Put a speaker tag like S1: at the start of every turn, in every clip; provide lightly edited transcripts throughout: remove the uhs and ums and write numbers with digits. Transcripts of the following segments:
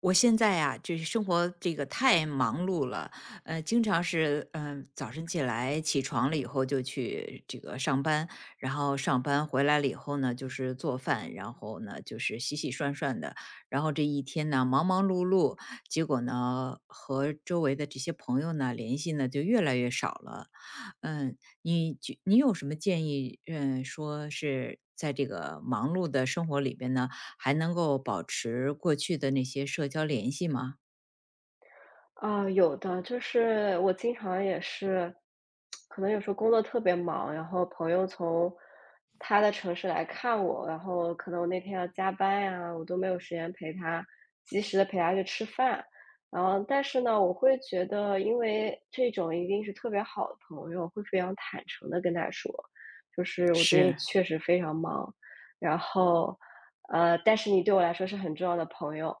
S1: 我现在啊，就是生活这个太忙碌了，经常是早晨起来起床了以后就去这个上班，然后上班回来了以后呢，就是做饭，然后呢就是洗洗涮涮的，然后这一天呢忙忙碌碌，结果呢和周围的这些朋友呢联系呢就越来越少了，嗯，你有什么建议，说是在这个忙碌的生活里边呢，还能够保持过去的那些社交联系吗？
S2: 啊，有的，就是我经常也是，可能有时候工作特别忙，然后朋友从他的城市来看我，然后可能我那天要加班呀，我都没有时间陪他，及时的陪他去吃饭。然后，但是呢，我会觉得，因为这种一定是特别好的朋友，会非常坦诚的跟他说，就是我最近
S1: 是。
S2: 确实非常忙，然后，但是你对我来说是很重要的朋友，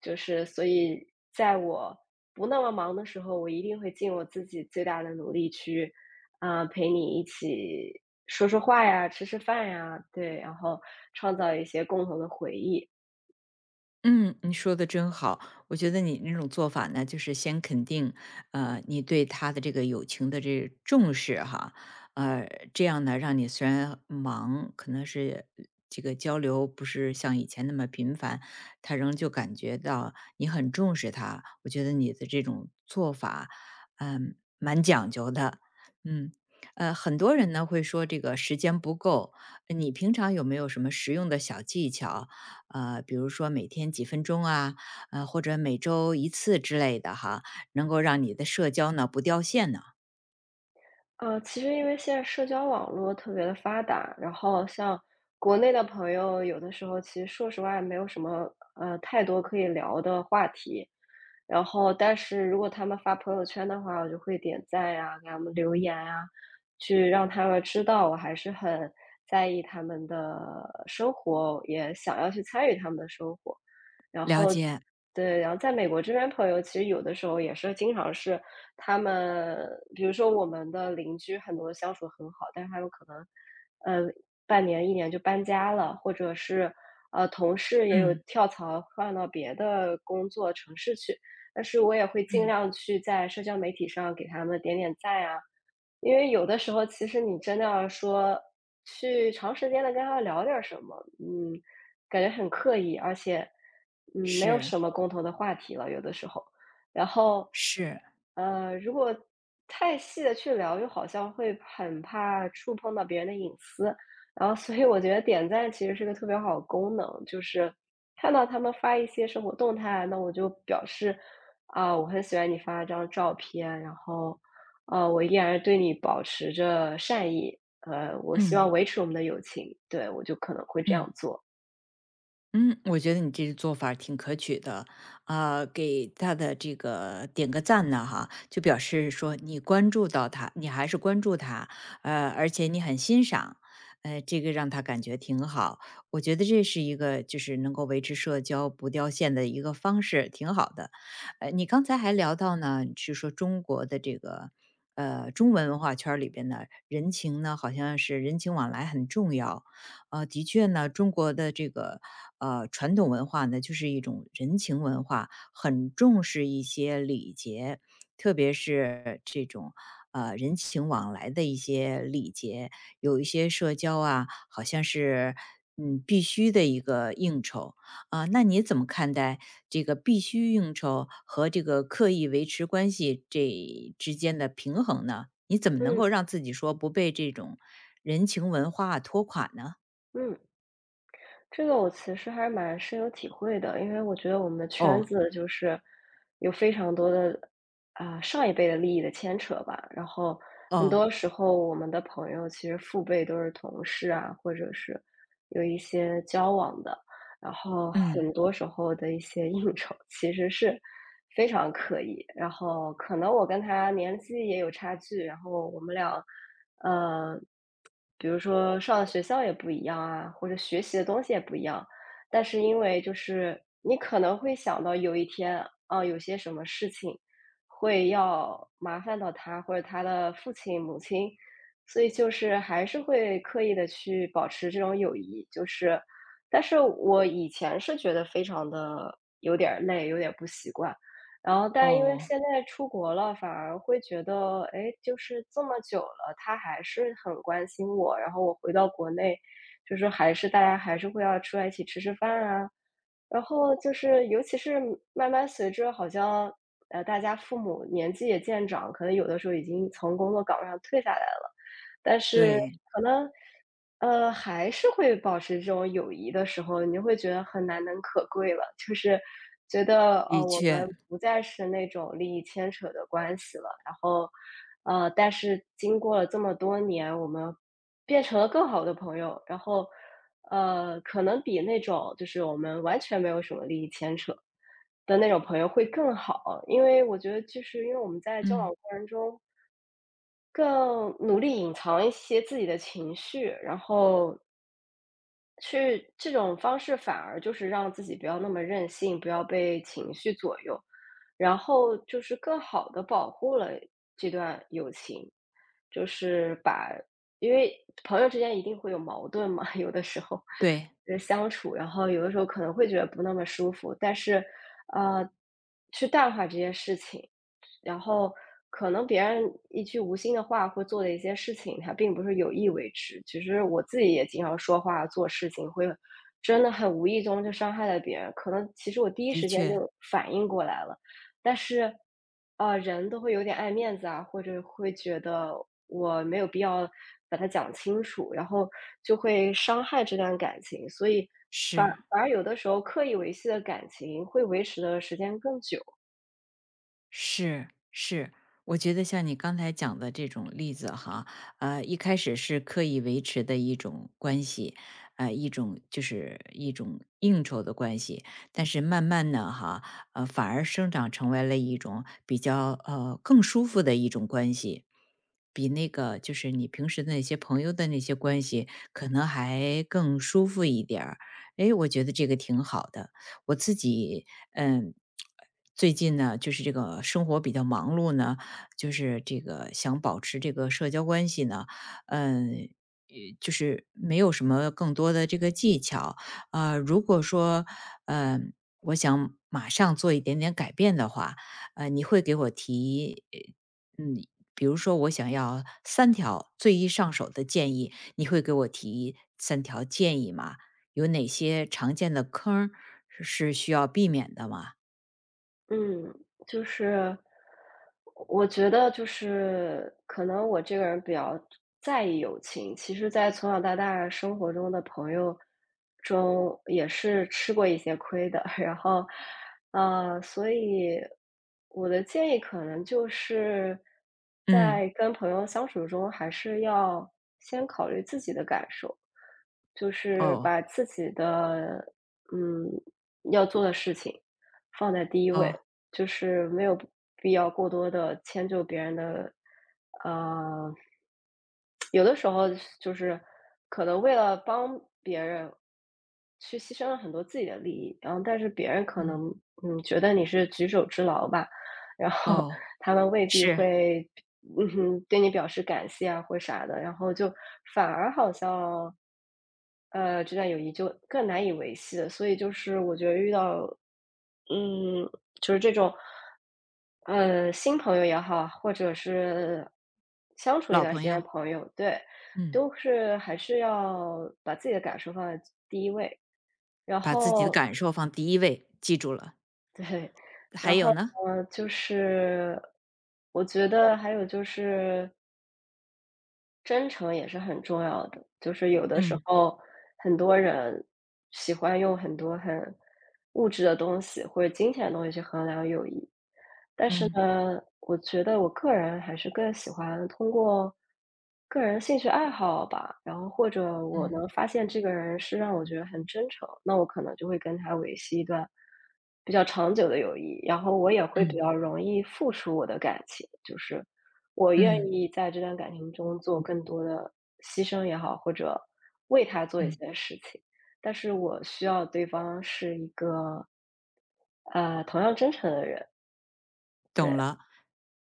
S2: 就是所以在我不那么忙的时候，我一定会尽我自己最大的努力去，陪你一起说说话呀，吃吃饭呀，对，然后创造一些共同的回忆。
S1: 嗯，你说的真好。我觉得你那种做法呢，就是先肯定，你对他的这个友情的这重视哈，呃，这样呢，让你虽然忙，可能是这个交流不是像以前那么频繁，他仍旧感觉到你很重视他。我觉得你的这种做法，蛮讲究的。嗯，很多人呢会说这个时间不够，你平常有没有什么实用的小技巧？比如说每天几分钟啊，或者每周一次之类的哈，能够让你的社交呢不掉线呢。
S2: 其实因为现在社交网络特别的发达，然后像国内的朋友，有的时候其实说实话没有什么太多可以聊的话题，然后但是如果他们发朋友圈的话，我就会点赞呀、给他们留言啊，去让他们知道我还是很在意他们的生活，也想要去参与他们的生活。然
S1: 了
S2: 后
S1: 解。
S2: 对，然后在美国这边朋友其实有的时候也是经常是他们比如说我们的邻居很多相处很好，但是他们可能，呃，半年、一年就搬家了，或者是，同事也有
S1: 嗯
S2: 跳槽换到别的工作城市去。但是我也会尽
S1: 嗯。
S2: 量去在社交媒体上给他们点点赞啊，因为有的时候其实你真的要说，去长时间的跟他聊点儿什么，感觉很刻意，而且，没有
S1: 是
S2: 什么共同的话题了，有的时候。然后，
S1: 是。
S2: 如果太细的去聊，又好像会很怕触碰到别人的隐私。然后所以我觉得点赞其实是个特别好的功能，就是看到他们发一些生活动态，那我就表示，啊，我很喜欢你发的这张照片，然后，我依然对你保持着善意，我希望
S1: 嗯
S2: 维持我们的友情，对，我就可能会这
S1: 嗯。
S2: 样做。
S1: 嗯，我觉得你这个做法儿挺可取的，啊、给他的这个点个赞呢，哈，就表示说你关注到他，你还是关注他，而且你很欣赏，这个让他感觉挺好。我觉得这是一个就是能够维持社交不掉线的一个方式，挺好的。你刚才还聊到呢，是说中国的这个。中文文化圈儿里边呢，人情呢，好像是人情往来很重要。的确呢，中国的这个传统文化呢，就是一种人情文化，很重视一些礼节，特别是这种人情往来的一些礼节，有一些社交啊，好像是必须的一个应酬啊、那你怎么看待这个必须应酬和这个刻意维持关系这之间的平衡呢？你怎么能够
S2: 嗯
S1: 让自己说不被这种人情文化拖垮呢？
S2: 嗯。这个我其实还蛮深有体会的，因为我觉得我们的圈
S1: 哦，
S2: 子就是有非常多的上一辈的利益的牵扯吧，然后很
S1: 哦，
S2: 多时候我们的朋友其实父辈都是同事啊，或者是有一些交往的，然后
S1: 嗯。
S2: 很多时候的一些应酬其实是非常刻意，然后可能我跟他年纪也有差距，然后我们俩，呃，比如说上的学校也不一样啊，或者学习的东西也不一样，但是因为就是你可能会想到有一天啊，有些什么事情会要麻烦到他或者他的父亲母亲，所以就是还是会刻意的去保持这种友谊，就是。但是我以前是觉得非常的有点儿累，有点不习惯。然后但是因为
S1: 哦，
S2: 现在出国了，反而会觉得，哎，就是这么久了，他还是很关心我。然后我回到国内，就是还是大家还是会要出来一起吃吃饭啊。然后就是尤其是慢慢随着好像，大家父母年纪也渐长，可能有的时候已经从工作岗位上退下来了，但是
S1: 对，
S2: 可能，还是会保持这种友谊的时候，你会觉得很难能可贵了，就是觉得，
S1: 的
S2: 我
S1: 确，
S2: 们不再是那种利益牵扯的关系了。然后，但是经过了这么多年，我们变成了更好的朋友。然后，可能比那种就是我们完全没有什么利益牵扯的那种朋友会更好，因为我觉得就是因为我们在交往
S1: 嗯。
S2: 过程中更努力隐藏一些自己的情绪，然后去这种方式反而就是让自己不要那么任性，不要被情绪左右，然后就是更好的保护了这段友情。就是把因为朋友之间一定会有矛盾嘛，有的时候，
S1: 对，
S2: 相处，然后有的时候可能会觉得不那么舒服，但是，呃，去淡化这些事情。然后可能别人一句无心的话或做的一些事情，他并不是有意为之。其实我自己也经常说话、做事情，会真的很无意中就伤害了别人。可能其实我第一
S1: 的
S2: 时间
S1: 确，
S2: 就反应过来了，但是，啊，人都会有点爱面子啊，或者会觉得我没有必要把它讲清楚，然后就会伤害这段感情。所以反
S1: 是。
S2: 反而有的时候刻意维系的感情，会维持的时间更久。
S1: 是是，我觉得像你刚才讲的这种例子哈，一开始是刻意维持的一种关系，一种就是一种应酬的关系，但是慢慢的哈，反而生长成为了一种比较更舒服的一种关系，比那个就是你平时的那些朋友的那些关系，可能还更舒服一点儿。诶，我觉得这个挺好的，我自己嗯，最近呢，就是这个生活比较忙碌呢，就是这个想保持这个社交关系呢，嗯。就是没有什么更多的这个技巧，啊。如果说，嗯，我想马上做一点点改变的话，你会给我提，呃嗯，比如说我想要三条最易上手的建议，你会给我提三条建议吗？有哪些常见的坑儿是需要避免的吗？
S2: 嗯，就是我觉得就是可能我这个人比较在意友情，其实在从小到大生活中的朋友中也是吃过一些亏的，然后，所以我的建议可能就是
S1: 嗯。
S2: 在跟朋友相处中，还是要先考虑自己的感受，就是
S1: 哦，
S2: 把自己的嗯要做的事情放在第一
S1: 哦，
S2: 位。就是没有必要过多的迁就别人的，呃，有的时候就是可能为了帮别人，去牺牲了很多自己的利益，然后但是别人可
S1: 嗯，
S2: 能，觉得你是举手之劳吧，然后
S1: 哦，
S2: 他们未必
S1: 是，
S2: 会，嗯哼对你表示感谢啊或啥的，然后就反而好像，这段友谊就更难以维系了。所以就是我觉得遇到嗯，就是这种，新朋友也好，或者是相处一
S1: 老
S2: 段时
S1: 朋
S2: 间的
S1: 友，
S2: 朋友，对，
S1: 嗯，
S2: 都是还是要把自己的感受放在第一位。然
S1: 把自己的
S2: 后
S1: 感受放第一位，记住了。
S2: 对，然
S1: 还
S2: 后，
S1: 有呢？
S2: 就是我觉得还有就是真诚也是很重要的，就是有的时
S1: 嗯，
S2: 候很多人喜欢用很多很物质的东西或者金钱的东西去衡量友谊。但是
S1: 嗯。
S2: 呢，我觉得我个人还是更喜欢通过个人兴趣爱好吧，然后或者我
S1: 嗯，
S2: 能发现这个人是让我觉得很真诚，那我可能就会跟他维系一段比较长久的友谊，然后我也会比
S1: 嗯，
S2: 较容易付出我的感情，就是我愿
S1: 嗯，
S2: 意在这段感情中做更多的牺牲也好，或者为他做一
S1: 嗯，
S2: 些事情，但是我需要对方是一个同样真诚的人，
S1: 懂
S2: 对
S1: 了。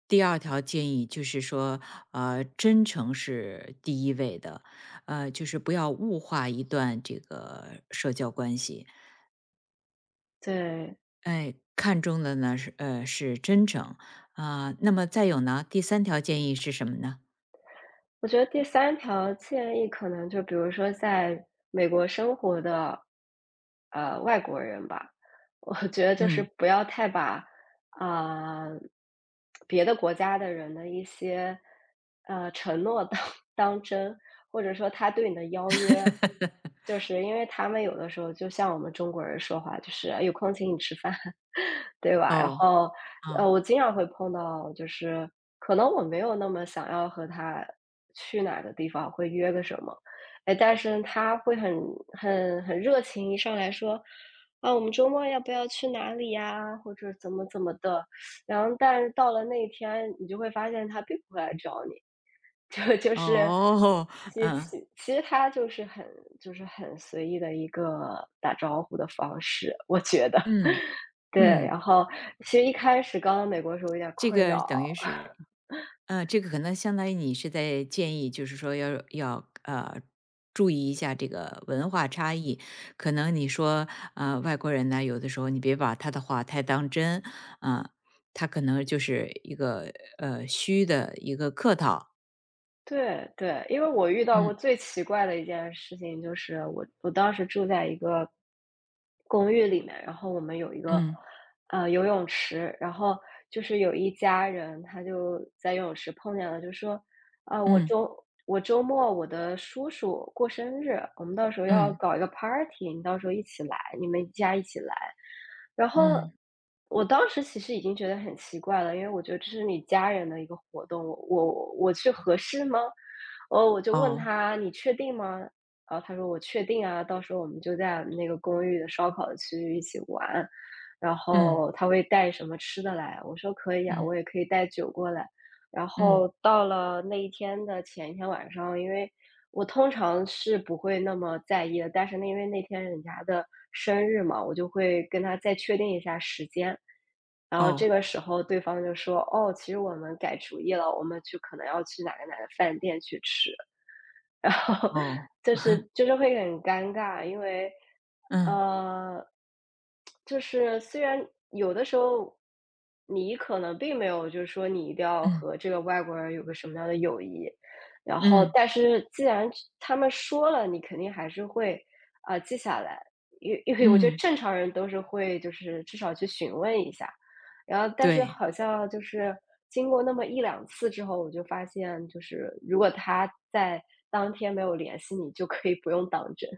S1: 第二条建议就是说，真诚是第一位的，就是不要物化一段这个社交关系。
S2: 对。
S1: 哎，看中的呢是真诚啊、那么再有呢，第三条建议是什么呢？
S2: 我觉得第三条建议可能就比如说在美国生活的，外国人吧，我觉得就是
S1: 嗯，
S2: 不要太把，啊，呃别的国家的人的一些，承诺当 当真，或者说他对你的邀约。就是因为他们有的时候就像我们中国人说话，就是"哎有空请你吃饭"，对吧？然
S1: 哦
S2: 后
S1: 哦
S2: 我经常会碰到，就是可能我没有那么想要和他去哪个地方，会约个什么，哎，但是他会很热情，一上来说，啊，我们周末要不要去哪里呀，或者怎么怎么的，然后但是到了那一天，你就会发现他并不会来找你，就是，
S1: 哦，
S2: 其 实
S1: 嗯
S2: 其其实他就是很随意的一个打招呼的方式，我觉得。
S1: 嗯
S2: 对，
S1: 嗯，
S2: 然后其实一开始刚到美国的时候有点
S1: 这
S2: 困
S1: 个等
S2: 扰。
S1: 于是，这个可能相当于你是在建议，就是说要注意一下这个文化差异。可能你说外国人呢，有的时候你别把他的话太当真啊、他可能就是一个虚的一个客套，
S2: 对对，因为我遇到过
S1: 嗯
S2: 最奇怪的一件事情，就是我当时住在一个公寓里面，然后我们有一个，
S1: 嗯。
S2: 游泳池，然后就是有一家人，他就在游泳池碰见了，就说：“啊，
S1: 嗯，
S2: 我周末我的叔叔过生日，我们到时候要
S1: 嗯，
S2: 搞一个 party，你到时候一起来，你们一家一起来。”然后
S1: 嗯，
S2: 我当时其实已经觉得很奇怪了，因为我觉得这是你家人的一个活动，我去合适吗？哦，我就问
S1: 哦，
S2: 他：“你确定吗？”然后他说：“我确定啊，到时候我们就在我们那个公寓的烧烤的区域一起玩，然
S1: 嗯，
S2: 后他会带什么吃的来。”我说：“可以啊，
S1: 嗯，
S2: 我也可以带酒过来。”然后
S1: 嗯，
S2: 到了那一天的前一天晚上，因为我通常是不会那么在意的，但是那因为那天人家的生日嘛，我就会跟他再确定一下时间。然后这
S1: 哦，
S2: 个时候对方就说：“哦，其实我们改主意了，我们去可能要去哪个哪个饭店去吃。”然后
S1: 哦，
S2: 就是就 是会很尴尬，因为，
S1: 嗯，
S2: 呃，就是虽然有的时候你可能并没有就是说你一定要
S1: 嗯，
S2: 和这个外国人有个什么样的友谊，然后
S1: 嗯，
S2: 但是既然他们说了，你肯定还是会啊、记下来，因为我觉得
S1: 嗯，
S2: 正常人都是会就是至少去询问一下，然后但是
S1: 对。
S2: 好像就是经过那么一两次之后，我就发现就是如果他在当天没有联系你，就可以不用当真，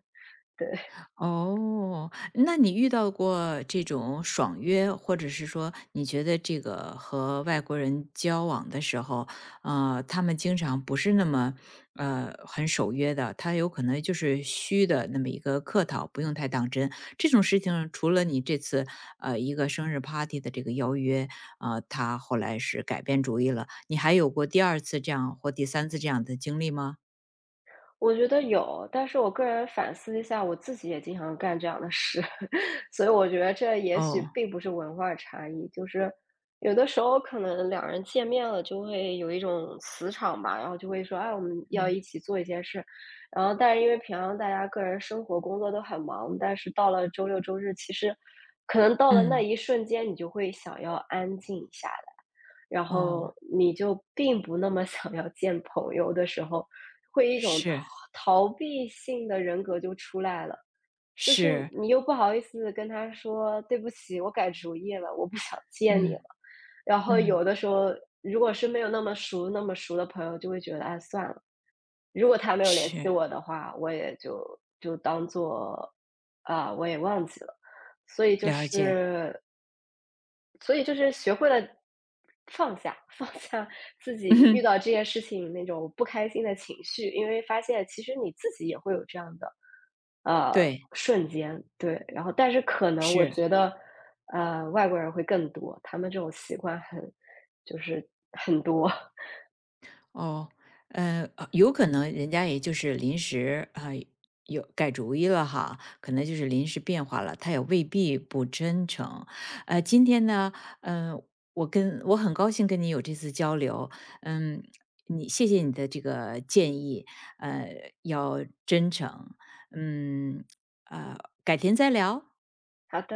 S2: 对。
S1: 哦，那你遇到过这种爽约，或者是说你觉得这个和外国人交往的时候，他们经常不是那么很守约的，他有可能就是虚的那么一个客套，不用太当真。这种事情，除了你这次一个生日 party 的这个邀约，他后来是改变主意了，你还有过第二次这样或第三次这样的经历吗？
S2: 我觉得有，但是我个人反思一下，我自己也经常干这样的事，所以我觉得这也许
S1: 哦，
S2: 并不是文化差异，就是有的时候可能两人见面了就会有一种磁场吧，然后就会说，哎，我们要一
S1: 嗯
S2: 起做一件事，然后但是因为平常大家个人生活工作都很忙，但是到了周六周日，其实可能到了那
S1: 嗯，
S2: 一瞬间，你就会想要安静一下，然
S1: 哦，
S2: 后你就并不那么想要见朋友的时候，会一种
S1: 是
S2: 逃避性的人格就出来了。就是
S1: 是。
S2: 你又不好意思跟他说对不起，我改主意了，我不想见你
S1: 嗯
S2: 了。然后
S1: 嗯，
S2: 有的时候，如果是没有那么熟、那么熟的朋友，就会觉得哎算了，如果他没有联系
S1: 是，
S2: 我的话，我也就就当做啊我也忘记了。所以就
S1: 了解，
S2: 是所以就是学会了放下，放下自 己遇
S1: 嗯
S2: 到这件事情那种不开心的情绪，因为发现其实你自己也会有这样的，呃，
S1: 对，
S2: 瞬间，对。然后但是可能我
S1: 是，
S2: 觉得，外国人会更多，他们这种习惯很就是很多。
S1: 哦，有可能人家也就是临时啊、有改主意了哈，可能就是临时变化了，他也未必不真诚。今天呢，嗯、我很高兴跟你有这次交流，嗯，谢谢你的这个建议，要真诚，嗯，呃，改天再聊。
S2: 好的。